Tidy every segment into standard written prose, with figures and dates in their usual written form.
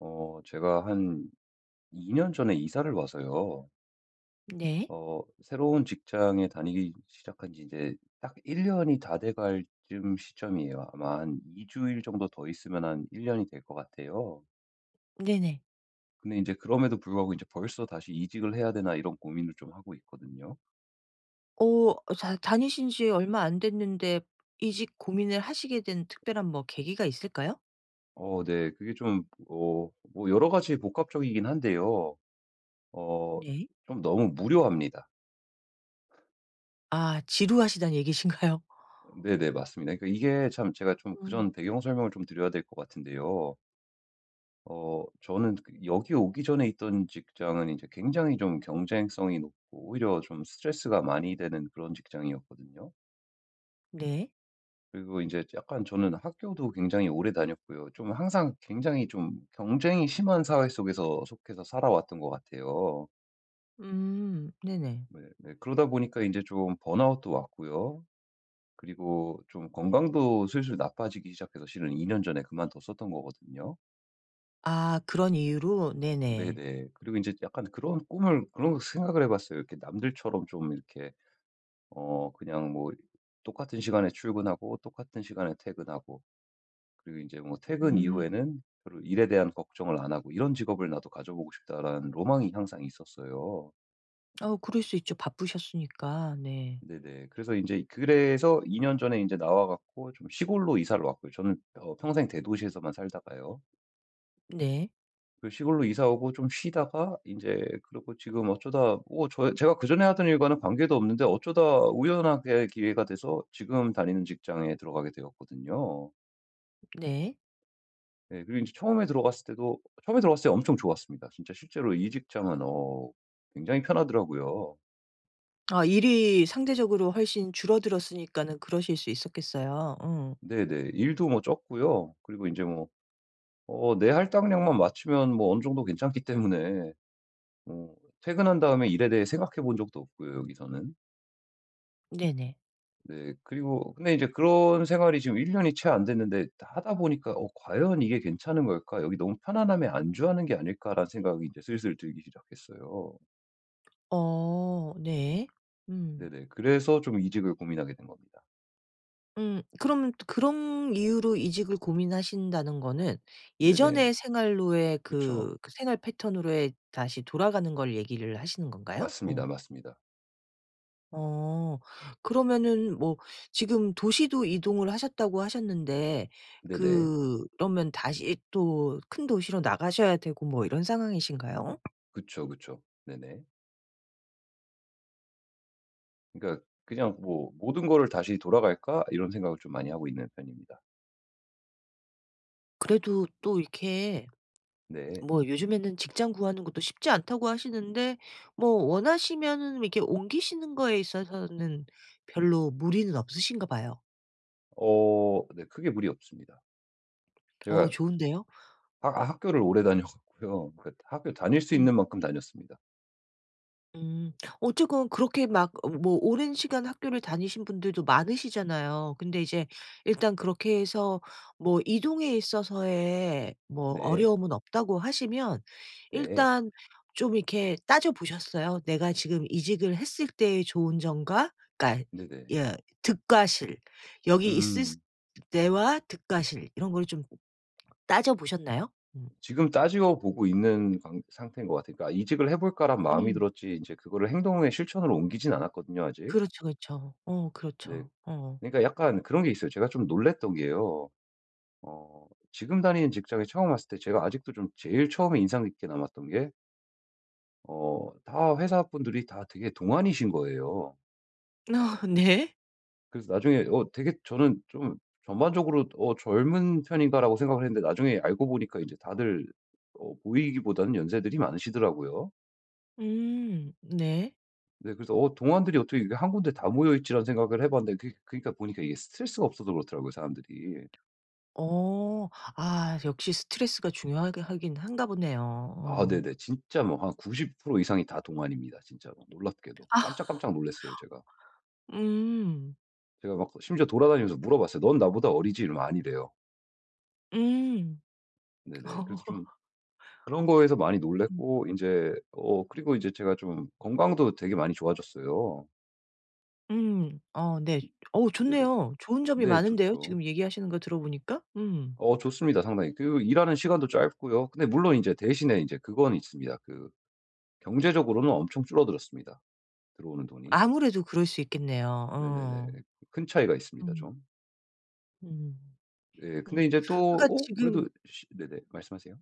제가 한 2년 전에 이사를 와서요. 네. 새로운 직장에 다니기 시작한 지 이제 딱 1년이 다 돼갈 쯤 시점이에요. 아마 한 2주일 정도 더 있으면 한 1년이 될 것 같아요. 네네. 근데 이제 그럼에도 불구하고 이제 벌써 다시 이직을 해야 되나 이런 고민을 좀 하고 있거든요. 어 자 다니신 지 얼마 안 됐는데 이직 고민을 하시게 된 특별한 뭐 계기가 있을까요? 네. 뭐 여러 가지 복합적이긴 한데요. 어, 네. 좀 너무 무료합니다. 아 지루하시다는 얘기신가요? 네네, 맞습니다. 그러니까 이게 참 제가 좀 음 그전 배경 설명을 좀 드려야 될 것 같은데요. 저는 그 여기 오기 전에 있던 직장은 이제 굉장히 좀 경쟁성이 높고 오히려 좀 스트레스가 많이 되는 그런 직장이었거든요. 네. 그리고 이제 약간 저는 학교도 굉장히 오래 다녔고요. 좀 항상 굉장히 좀 경쟁이 심한 사회 속에서 속해서 살아왔던 것 같아요. 네네. 네 네. 그러다 보니까 이제 좀 번아웃도 왔고요. 그리고 좀 건강도 슬슬 나빠지기 시작해서 실은 2년 전에 그만뒀었던 거거든요. 아 그런 이유로? 네네. 네네. 그리고 이제 약간 그런 생각을 해 봤어요. 이렇게 남들처럼 좀 이렇게 그냥 뭐 똑같은 시간에 출근하고 똑같은 시간에 퇴근하고 그리고 이제 뭐 퇴근 음. 이후에는 별로 일에 대한 걱정을 안 하고 '이런 직업을 나도 가져보고 싶다.'라는 로망이 항상 있었어요. 어 그럴 수 있죠. 바쁘셨으니까. 네. 네네. 그래서 2년 전에 이제 나와 갖고 좀 시골로 이사를 왔고요. 저는 평생 대도시에서만 살다가요. 네. 그 시골로 이사 오고 좀 쉬다가 이제 그리고 지금 어쩌다 뭐 제가 그전에 하던 일과는 관계도 없는데 어쩌다 우연하게 기회가 돼서 지금 다니는 직장에 들어가게 되었거든요. 네. 네, 그리고 이제 처음에 들어갔을 때도 처음에 들어갔을 때 엄청 좋았습니다. 진짜 실제로 이 직장은 굉장히 편하더라고요. 아 일이 상대적으로 훨씬 줄어들었으니까는 그러실 수 있었겠어요. 음. 네네. 일도 뭐 적고요. 그리고 이제 뭐 내 할당량만 맞추면 뭐 어느 정도 괜찮기 때문에 뭐 퇴근한 다음에 일에 대해 생각해 본 적도 없고요, 여기서는. 네네. 네. 그리고 근데 이제 그런 생활이 지금 1 년이 채 안 됐는데 하다 보니까 '어 과연 이게 괜찮은 걸까? 여기 너무 편안함에 안주하는 게 아닐까?'라는 생각이 이제 슬슬 들기 시작했어요. 어 네. 음. 네네. 그래서 좀 이직을 고민하게 된 겁니다. 음. 그러면 또 그런 이유로 이직을 고민하신다는 거는 네네. 예전의 생활로의 그쵸. 그 생활 패턴으로의 다시 돌아가는 걸 얘기를 하시는 건가요? 어. 맞습니다, 맞습니다. 어. 그러면은 뭐 지금 도시도 이동을 하셨다고 하셨는데 네네. 그, 그러면 다시 또 큰 도시로 나가셔야 되고 뭐 이런 상황이신가요? 그쵸, 그쵸. 네네. 그러니까 그냥 뭐 '모든 거를 다시 돌아갈까?' 이런 생각을 좀 많이 하고 있는 편입니다. 그래도 또 이렇게 네. 뭐 요즘에는 직장 구하는 것도 쉽지 않다고 하시는데 뭐 원하시면은 이렇게 옮기시는 거에 있어서는 별로 무리는 없으신가 봐요. 네 크게 무리 없습니다. 어우 제가 좋은데요? 학교를 오래 다녀 갔고요 그러니까 학교 다닐 수 음. 있는 만큼 다녔습니다. 음. 어쨌건 그렇게 막 어 뭐 오랜 시간 학교를 다니신 분들도 많으시잖아요. 근데 이제 일단 그렇게 해서 뭐 이동에 있어서의 뭐 네. 어려움은 없다고 하시면 네. 일단 좀 이렇게 따져 보셨어요? 내가 지금 이직을 했을 때의 좋은 점과 그러니까 네네. 예 득과 실. 여기 있을 음. 때와 득과 실 이런 걸 좀 따져 보셨나요? 음. 지금 따지고 보고 있는 관 상태인 것 같아요. 그러니까 '이직을 해볼까란 마음이 음. 들었지 이제 그거를 행동에 실천으로 옮기진 않았거든요 아직. 그렇죠, 그렇죠. 어 네. 그렇죠. 어. 그러니까 약간 그런 게 있어요. 제가 좀 놀랐던 게요. 지금 다니는 직장에 처음 왔을 때 제가 아직도 좀 제일 처음에 인상 깊게 남았던 게 다 회사 분들이 다 되게 동안이신 거예요. 어 네. 그래서 나중에 되게 저는 좀 전반적으로 '어 젊은 편인가.'라고 생각을 했는데 나중에 알고 보니까 이제 다들 보이기보다는 연세들이 많으시더라고요. 음. 네. 네 그래서 '어 동안들이 어떻게 이게 한 군데 다 모여 있지.'라는 생각을 해 봤는데 그게 그니까 보니까 이게 스트레스가 없어서 그렇더라고요 사람들이. 어. 아 역시 스트레스가 중요하게 하긴 한가 보네요. 아 어. 네네. 진짜 뭐 한 90% 이상이 다 동안입니다 진짜로 놀랍게도. 아. 깜짝깜짝 놀랐어요 제가. 음. 제가 막 심지어 돌아다니면서 물어봤어요. "넌 나보다 어리지?" 이러면 "아니래요." 음. 네네. 그래서 좀 그런 거에서 많이 음 놀랐고 이제 그리고 이제 제가 좀 건강도 되게 많이 좋아졌어요. 어 네. 어 네네. 좋네요. 좋은 점이 네 많은데요, 좋죠. 지금 얘기하시는 거 들어보니까. 음. 좋습니다 상당히. 그 일하는 시간도 짧고요. 근데 물론 이제 대신에 이제 그건 있습니다. 그 경제적으로는 엄청 줄어들었습니다 들어오는 돈이. 아무래도 그럴 수 있겠네요. 네네네. 어. 큰 차이가 있습니다 음. 좀. 음. 네 음. 근데 이제 또 그러니까 지금 그래도 시 네네 말씀하세요.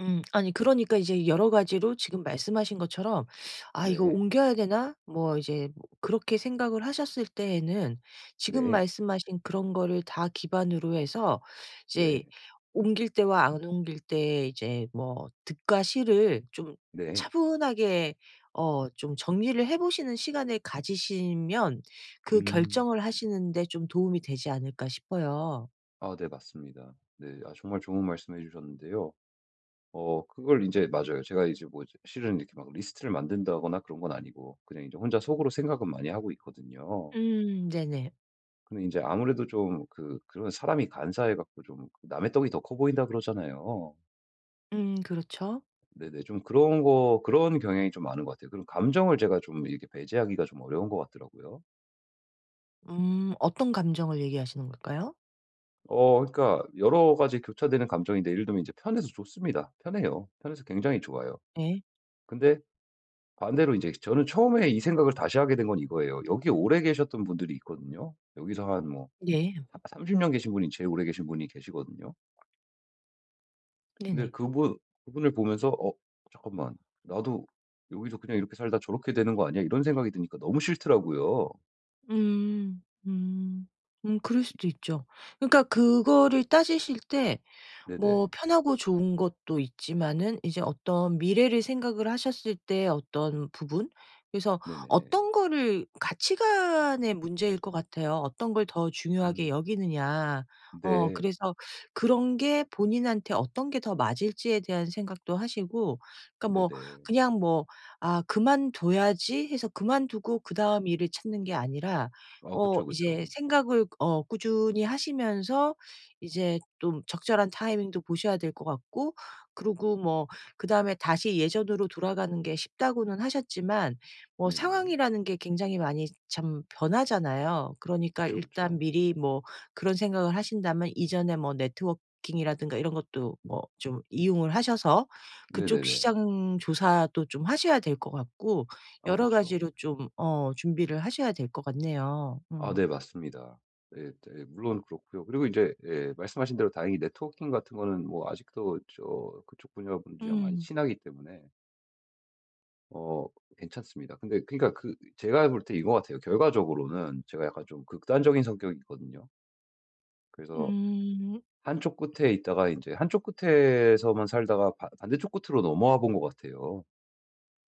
아니 그러니까 이제 여러 가지로 지금 말씀하신 것처럼 '아 이거 네. 옮겨야 되나?' 뭐 이제 뭐 그렇게 생각을 하셨을 때에는 지금 네. 말씀하신 그런 거를 다 기반으로 해서 네. 이제 옮길 때와 안 옮길 때의 이제 뭐 득과 실을 좀 네. 차분하게 어 좀 정리를 해 보시는 시간을 가지시면 그 음. 결정을 하시는 데 좀 도움이 되지 않을까 싶어요. 아 네 맞습니다. 네. 아 정말 좋은 말씀 해 주셨는데요. 그걸 이제 맞아요. 제가 이제 뭐 이제 실은 이렇게 막 리스트를 만든다거나 그런 건 아니고 그냥 이제 혼자 속으로 생각은 많이 하고 있거든요. 네네. 근데 이제 아무래도 좀 그 그런 사람이 간사해 갖고 좀 "남의 떡이 더 커 보인다." 그러잖아요. 그렇죠. 네네. 좀 그런 거 그런 경향이 좀 많은 것 같아요. 그런 감정을 제가 좀 이렇게 배제하기가 좀 어려운 것 같더라고요. 음. 어떤 감정을 얘기하시는 걸까요? 그러니까 여러 가지 교차되는 감정인데 예를 들면 이제 편해서 좋습니다. 편해요. 편해서 굉장히 좋아요. 네. 근데 반대로 이제 저는 처음에 이 생각을 다시 하게 된 건 이거예요. 여기 오래 계셨던 분들이 있거든요. 여기서 한 뭐 네. 30년 계신 분이 제일 오래 계신 분이 계시거든요. 근데 네네. 그분을 보면서 '어 잠깐만. 나도 여기서 그냥 이렇게 살다 저렇게 되는 거 아니야?' 이런 생각이 드니까 너무 싫더라고요. 음. 음. 그럴 수도 있죠. 그러니까 그거를 따지실 때 네네. 뭐 편하고 좋은 것도 있지만은 이제 어떤 미래를 생각을 하셨을 때 어떤 부분? 그래서 네네. 어떤 거를 가치관의 문제일 것 같아요. 어떤 걸 더 중요하게 음. 여기느냐. 어 네. 그래서 그런 게 본인한테 어떤 게 더 맞을지에 대한 생각도 하시고 그러니까 뭐 네네. 그냥 뭐 '아 그만둬야지.' 해서 그만두고 그다음 일을 찾는 게 아니라 아 어 그쵸, 이제 그쵸. 생각을 어 꾸준히 하시면서 이제 좀 적절한 타이밍도 보셔야 될 것 같고 그리고 뭐 그다음에 다시 예전으로 돌아가는 게 쉽다고는 하셨지만 뭐 네네. 상황이라는 게 굉장히 많이 참 변하잖아요. 그러니까 그쵸, 일단 그쵸. 미리 뭐 그런 생각을 하신다면 이전에 뭐 네트워킹이라든가 이런 것도 뭐 좀 이용을 하셔서 그쪽 네네네. 시장 조사도 좀 하셔야 될 것 같고 아 여러 그쵸. 가지로 좀 어 준비를 하셔야 될 것 같네요. 아 음. 네 맞습니다. 예 네 물론 그렇고요. 그리고 이제 예 말씀하신 대로 다행히 네트워킹 같은 거는 뭐 아직도 저 그쪽 분야분들이랑 많이 음. 친하기 때문에 어 괜찮습니다. 근데 그러니까 그 제가 볼 때 이거 같아요. 결과적으로는 제가 약간 좀 극단적인 성격이거든요. 그래서 음. 한쪽 끝에서만 살다가 바 반대쪽 끝으로 넘어와 본 것 같아요.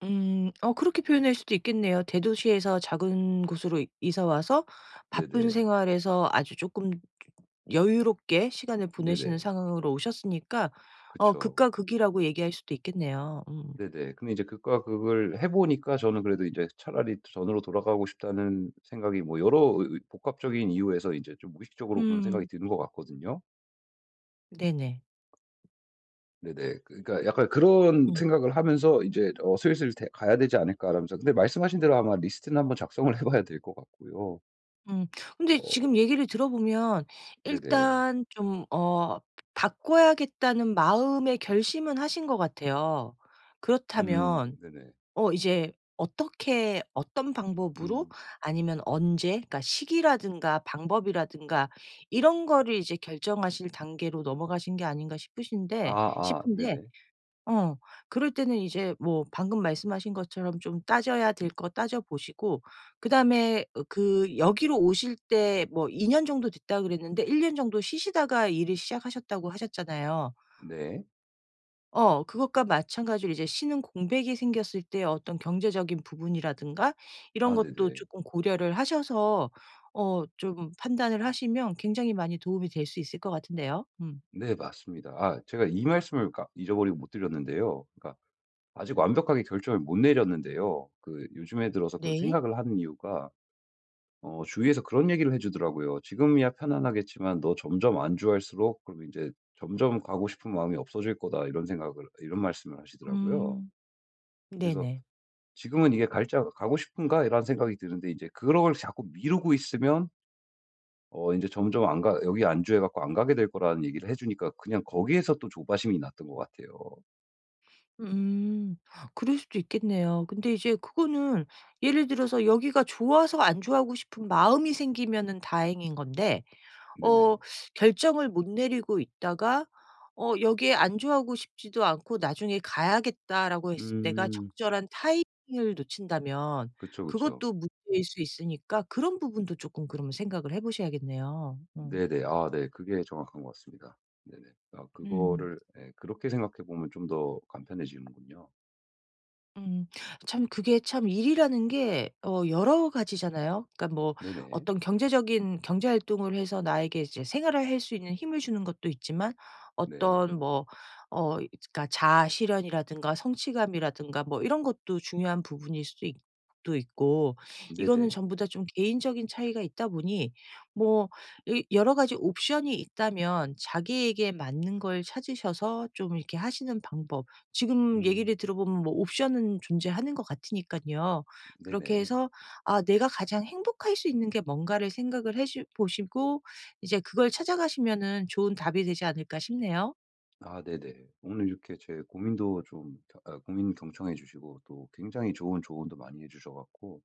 음. 어 그렇게 표현할 수도 있겠네요. 대도시에서 작은 곳으로 이사 와서 바쁜 네네. 생활에서 아주 조금 여유롭게 시간을 보내시는 네네. 상황으로 오셨으니까 어 그쵸. 극과 극이라고 얘기할 수도 있겠네요. 음. 네네. 근데 이제 그과 그걸 해 보니까 저는 그래도 이제 차라리 전으로 돌아가고 싶다는 생각이 뭐 여러 복합적인 이유에서 이제 좀 무의식적으로 그런 생각이 음. 드는 것 같거든요. 네네. 네네. 그러니까 약간 그런 음. 생각을 하면서 이제 '슬슬 를 가야 되지 않을까.' 라면서 근데 말씀하신 대로 아마 리스트는 한번 작성을 해 봐야 될 것 같고요. 음. 근데 어 지금 얘기를 들어보면 네네. 일단 좀 어 바꿔야겠다는 마음의 결심은 하신 것 같아요. 그렇다면 네네. 어 이제 어떻게 어떤 방법으로 음. 아니면 언제 그러니까 시기라든가 방법이라든가 이런 거를 이제 결정하실 단계로 넘어가신 게 아닌가 싶으신데 아아 싶은데 네네. 어 그럴 때는 이제 뭐 방금 말씀하신 것처럼 좀 따져야 될 거 따져 보시고 그다음에 어 그 여기로 오실 때 뭐 2년 정도 됐다 그랬는데 1년 정도 쉬시다가 일을 시작하셨다고 하셨잖아요. 네. 어 그것과 마찬가지로 이제 신흥 공백이 생겼을 때 어떤 경제적인 부분이라든가 이런 아 것도 네네. 조금 고려를 하셔서 어 좀 판단을 하시면 굉장히 많이 도움이 될 수 있을 것 같은데요. 음. 네 맞습니다. 아 제가 이 말씀을 까 잊어버리고 못 드렸는데요. 그러니까 아직 완벽하게 결정을 못 내렸는데요. 그 요즘에 들어서 그런 네. 생각을 하는 이유가 주위에서 그런 얘기를 해 주더라고요. "지금이야 편안하겠지만 너 점점 안주할수록 그럼 이제 점점 가고 싶은 마음이 없어질 거다." 이런 말씀을 하시더라고요. 음. 그래서 네네. '지금은 이게 갈자 가고 싶은가?' 이런 생각이 드는데 이제 그걸 자꾸 미루고 있으면 어제 점점 안 가 여기 안주해 갖고 안 가게 될 거라는 얘기를 해 주니까 그냥 거기에서 또 조바심이 났던 것 같아요. 음. 그럴 수도 있겠네요. 근데 이제 그거는 예를 들어서 여기가 좋아서 안 좋아하고 싶은 마음이 생기면은 다행인 건데 어 네네. 결정을 못 내리고 있다가 어 여기에 안주하고 싶지도 않고 '나중에 가야겠다.'라고 했을 때가 음. 적절한 타이밍을 놓친다면 그쵸, 그쵸. 그것도 문제일 수 있으니까 그런 부분도 조금 그러면 생각을 해 보셔야겠네요. 어. 네네. 아 네. 그게 정확한 것 같습니다. 네네. 아 음. 그거를 예 그렇게 생각해 보면 좀 더 간편해지는군요. 음. 참 그게 참 일이라는 게 어 여러 가지잖아요. 그러니까 뭐 네네. 어떤 경제적인 경제 활동을 해서 나에게 이제 생활을 할 수 있는 힘을 주는 것도 있지만 네. 어떤 뭐 어 그러니까 자아 실현이라든가 성취감이라든가 뭐 이런 것도 중요한 부분일 수도 있 도 있고 이거는 네네. 전부 다 좀 개인적인 차이가 있다 보니 뭐 이 여러 가지 옵션이 있다면 자기에게 맞는 걸 찾으셔서 좀 이렇게 하시는 방법 지금 얘기를 음. 들어보면 뭐 옵션은 존재하는 것 같으니깐요. 그렇게 네네. 해서 아 내가 가장 행복할 수 있는 게 뭔가를 생각을 해 주 보시고 이제 그걸 찾아가시면은 좋은 답이 되지 않을까 싶네요. 아 네네. 오늘 이렇게 제 고민도 좀 겨 아 고민 경청해 주시고 또 굉장히 좋은 조언도 많이 해 주셔 갖고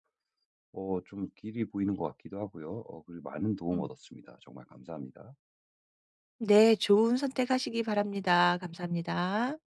좀 길이 보이는 것 같기도 하고요. 그리고 많은 도움 음. 얻었습니다. 정말 감사합니다. 네. 좋은 선택하시기 바랍니다. 감사합니다.